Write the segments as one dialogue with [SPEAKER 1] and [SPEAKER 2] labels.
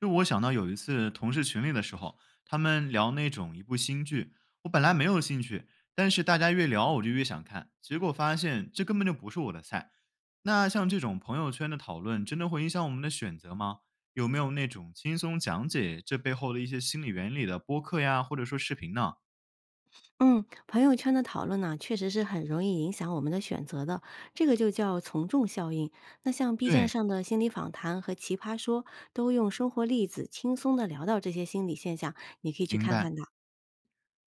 [SPEAKER 1] 就我想到有一次同事群里的时候，他们聊那种一部新剧，我本来没有兴趣，但是大家越聊我就越想看，结果发现这根本就不是我的菜。那像这种朋友圈的讨论，真的会影响我们的选择吗？有没有那种轻松讲解这背后的一些心理原理的播客呀，或者说视频呢？
[SPEAKER 2] 嗯，朋友圈的讨论呢，确实是很容易影响我们的选择的，这个就叫从众效应。那像 B 站
[SPEAKER 1] 对，
[SPEAKER 2] 上的心理访谈和奇葩说，都用生活例子轻松的聊到这些心理现象，你可以去
[SPEAKER 1] 明
[SPEAKER 2] 看
[SPEAKER 1] 白。
[SPEAKER 2] 看的。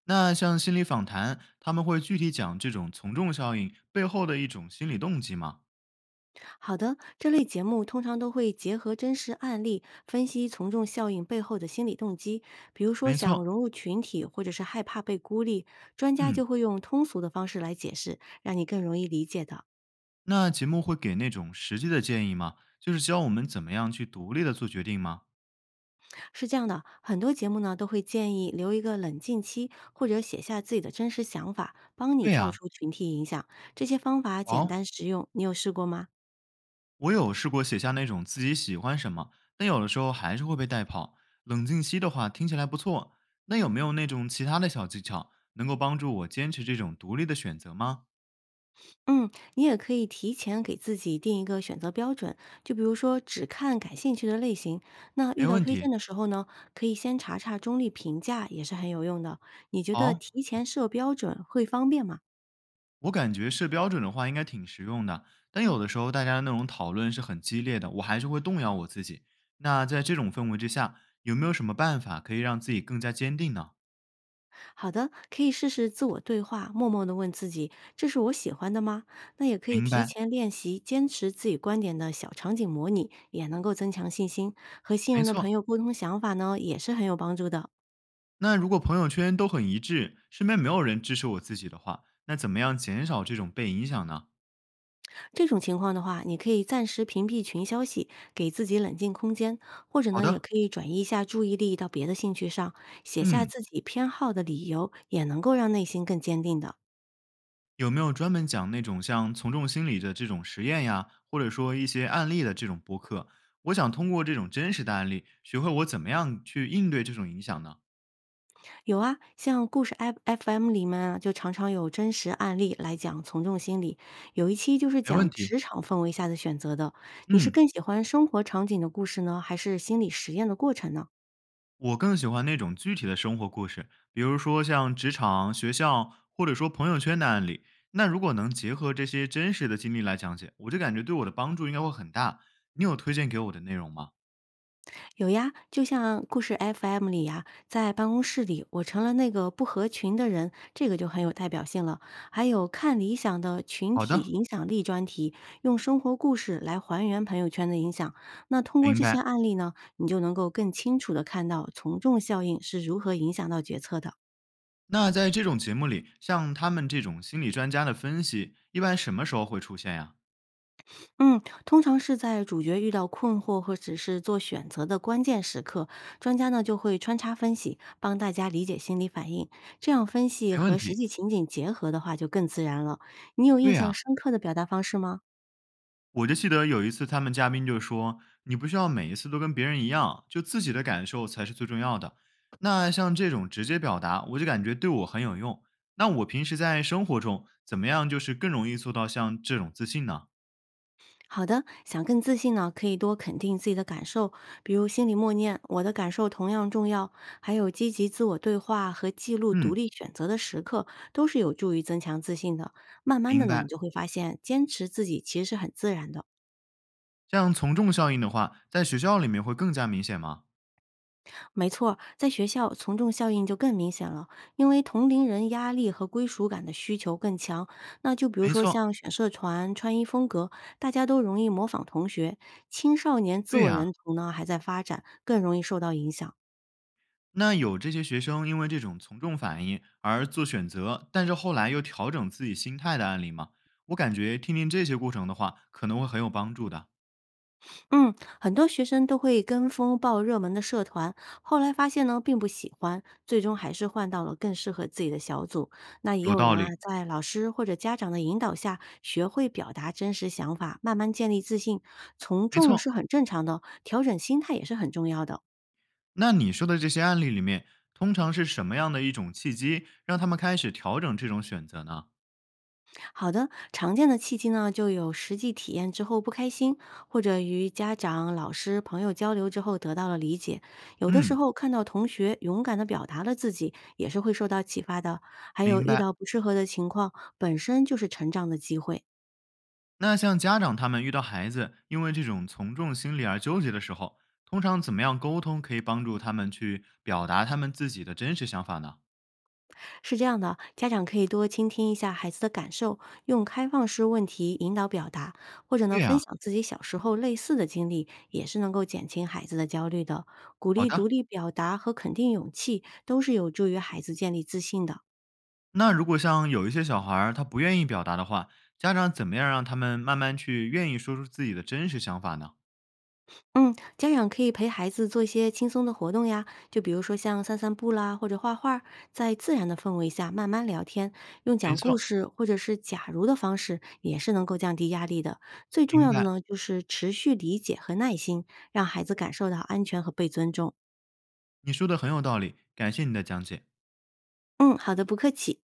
[SPEAKER 1] 那像心理访谈，他们会具体讲这种从众效应背后的一种心理动机吗？
[SPEAKER 2] 好的，这类节目通常都会结合真实案例，分析从众效应背后的心理动机，比如说
[SPEAKER 1] 没
[SPEAKER 2] 想
[SPEAKER 1] 错，
[SPEAKER 2] 融入群体，或者是害怕被孤立，专家
[SPEAKER 1] 嗯。
[SPEAKER 2] 就会用通俗的方式来解释，让你更容易理解的。
[SPEAKER 1] 那节目会给那种实际的建议吗？就是教我们怎么样去独立的做决定吗？
[SPEAKER 2] 是这样的，很多节目呢都会建议留一个冷静期，或者写下自己的真实想法，帮你
[SPEAKER 1] 对
[SPEAKER 2] 跳
[SPEAKER 1] 呀，
[SPEAKER 2] 出群体影响。这些方法简
[SPEAKER 1] 哦，
[SPEAKER 2] 单实用，你有试过吗？
[SPEAKER 1] 我有试过写下那种自己喜欢什么，但有的时候还是会被带跑。冷静期的话听起来不错，那有没有那种其他的小技巧能够帮助我坚持这种独立的选择吗？
[SPEAKER 2] 嗯，你也可以提前给自己定一个选择标准，就比如说只看感兴趣的类型。那遇
[SPEAKER 1] 没
[SPEAKER 2] 到
[SPEAKER 1] 问
[SPEAKER 2] 推荐
[SPEAKER 1] 题。
[SPEAKER 2] 的时候呢，可以先查查中立评价，也是很有用的。你觉得
[SPEAKER 1] 好，
[SPEAKER 2] 提前设标准会方便吗？
[SPEAKER 1] 我感觉设标准的话应该挺实用的，但有的时候大家的那种讨论是很激烈的，我还是会动摇我自己。那在这种氛围之下，有没有什么办法可以让自己更加坚定呢？
[SPEAKER 2] 好的，可以试试自我对话，默默地问自己：“这是我喜欢的吗？”那也可以
[SPEAKER 1] 明
[SPEAKER 2] 提
[SPEAKER 1] 白，
[SPEAKER 2] 前练习坚持自己观点的小场景模拟，也能够增强信心。和信
[SPEAKER 1] 没
[SPEAKER 2] 任的朋
[SPEAKER 1] 错。
[SPEAKER 2] 友沟通想法呢，也是很有帮助的。
[SPEAKER 1] 那如果朋友圈都很一致，身边没有人支持我自己的话，那怎么样减少这种被影响呢？
[SPEAKER 2] 这种情况的话，你可以暂时屏蔽群消息，给自己冷静空间，或者
[SPEAKER 1] 好
[SPEAKER 2] 呢，也
[SPEAKER 1] 的，
[SPEAKER 2] 可以转移一下注意力到别的兴趣上，写下
[SPEAKER 1] 嗯，
[SPEAKER 2] 自己偏好的理由，也能够让内心更坚定的。
[SPEAKER 1] 有没有专门讲那种像从众心理的这种实验呀，或者说一些案例的这种播客？我想通过这种真实的案例，学会我怎么样去应对这种影响呢？
[SPEAKER 2] 有啊，像故事 FM 里面啊，就常常有真实案例来讲从众心理。有一期就是
[SPEAKER 1] 没问
[SPEAKER 2] 讲
[SPEAKER 1] 题，
[SPEAKER 2] 职场氛围下的选择的。你是
[SPEAKER 1] 嗯。
[SPEAKER 2] 更喜欢生活场景的故事呢，还是心理实验的过程呢？
[SPEAKER 1] 我更喜欢那种具体的生活故事，比如说像职场、学校，或者说朋友圈的案例。那如果能结合这些真实的经历来讲解，我就感觉对我的帮助应该会很大。你有推荐给我的内容吗？
[SPEAKER 2] 有呀，就像故事 FM 里呀，在办公室里，我成了那个不合群的人，这个就很有代表性了。还有看理想的群
[SPEAKER 1] 好
[SPEAKER 2] 体
[SPEAKER 1] 的，
[SPEAKER 2] 影响力专题，用生活故事来还原朋友圈的影响。那通过
[SPEAKER 1] 明
[SPEAKER 2] 这些
[SPEAKER 1] 白。
[SPEAKER 2] 案例呢，你就能够更清楚的看到从众效应是如何影响到决策的。
[SPEAKER 1] 那在这种节目里，像他们这种心理专家的分析，一般什么时候会出现呀？
[SPEAKER 2] 嗯，通常是在主角遇到困惑或者是做选择的关键时刻，专家呢就会穿插分析，帮大家理解心理反应。这样分析
[SPEAKER 1] 没问
[SPEAKER 2] 和实
[SPEAKER 1] 题。
[SPEAKER 2] 际情景结合的话，就更自然了。你有
[SPEAKER 1] 对
[SPEAKER 2] 印象
[SPEAKER 1] 呀、
[SPEAKER 2] 深刻的表达方式吗？
[SPEAKER 1] 我就记得有一次，他们嘉宾就说：“你不需要每一次都跟别人一样，就自己的感受才是最重要的。”那像这种直接表达，我就感觉对我很有用。那我平时在生活中怎么样，就是更容易做到像这种自信呢？
[SPEAKER 2] 好的，想更自信呢，可以多肯定自己的感受，比如心里默念“我的感受同样重要”，还有积极自我对话和记录独
[SPEAKER 1] 嗯，
[SPEAKER 2] 立选择的时刻，都是有助于增强自信的。慢慢的
[SPEAKER 1] 明
[SPEAKER 2] 呢，你
[SPEAKER 1] 白。
[SPEAKER 2] 就会发现，坚持自己其实是很自然的。
[SPEAKER 1] 像从众效应的话，在学校里面会更加明显吗？
[SPEAKER 2] 没错儿在学校从众效应就更明显了，因为同龄人压力和归属感的需求更强。那就比如
[SPEAKER 1] 没
[SPEAKER 2] 说
[SPEAKER 1] 错，
[SPEAKER 2] 像选社团、穿衣风格，大家都容易模仿同学。青少年自
[SPEAKER 1] 对
[SPEAKER 2] 我
[SPEAKER 1] 呀、
[SPEAKER 2] 认同呢还在发展，更容易受到影响。
[SPEAKER 1] 那有这些学生因为这种从众反应而做选择，但是后来又调整自己心态的案例吗？我感觉听听这些过程的话，可能会很有帮助的。
[SPEAKER 2] 嗯，很多学生都会跟风报热门的社团，后来发现呢并不喜欢，最终还是换到了更适合自己的小组。那也
[SPEAKER 1] 有
[SPEAKER 2] 有
[SPEAKER 1] 道
[SPEAKER 2] 人啊，
[SPEAKER 1] 理，
[SPEAKER 2] 在老师或者家长的引导下，学会表达真实想法，慢慢建立自信。从
[SPEAKER 1] 没
[SPEAKER 2] 众
[SPEAKER 1] 错。
[SPEAKER 2] 是很正常的，调整心态也是很重要的。
[SPEAKER 1] 那你说的这些案例里面，通常是什么样的一种契机让他们开始调整这种选择呢？
[SPEAKER 2] 好的，常见的契机呢，就有实际体验之后不开心，或者与家长、老师、朋友交流之后得到了理解。有的时
[SPEAKER 1] 嗯，
[SPEAKER 2] 候看到同学勇敢的表达了自己，也是会受到启发的。还有
[SPEAKER 1] 明
[SPEAKER 2] 遇
[SPEAKER 1] 白。
[SPEAKER 2] 到不适合的情况，本身就是成长的机会。
[SPEAKER 1] 那像家长他们遇到孩子因为这种从众心理而纠结的时候，通常怎么样沟通可以帮助他们去表达他们自己的真实想法呢？
[SPEAKER 2] 是这样的，家长可以多倾听一下孩子的感受，用开放式问题引导表达，或者
[SPEAKER 1] 对
[SPEAKER 2] 呢分
[SPEAKER 1] 呀、
[SPEAKER 2] 享自己小时候类似的经历，也是能够减轻孩子的焦虑的。鼓
[SPEAKER 1] 好
[SPEAKER 2] 励独
[SPEAKER 1] 的。
[SPEAKER 2] 立表达和肯定勇气，都是有助于孩子建立自信的。
[SPEAKER 1] 那如果像有一些小孩儿，他不愿意表达的话，家长怎么样让他们慢慢去愿意说出自己的真实想法呢？
[SPEAKER 2] 嗯，家长可以陪孩子做一些轻松的活动呀，就比如说像散散步啦，或者画画在自然的氛围下慢慢聊天，用
[SPEAKER 1] 没
[SPEAKER 2] 讲故
[SPEAKER 1] 错，
[SPEAKER 2] 事或者是假如的方式，也是能够降低压力的。最重
[SPEAKER 1] 明
[SPEAKER 2] 要的
[SPEAKER 1] 白，
[SPEAKER 2] 呢，就是持续理解和耐心，让孩子感受到安全和被尊重。
[SPEAKER 1] 你说的很有道理，感谢你的讲解。
[SPEAKER 2] 嗯，好的，不客气。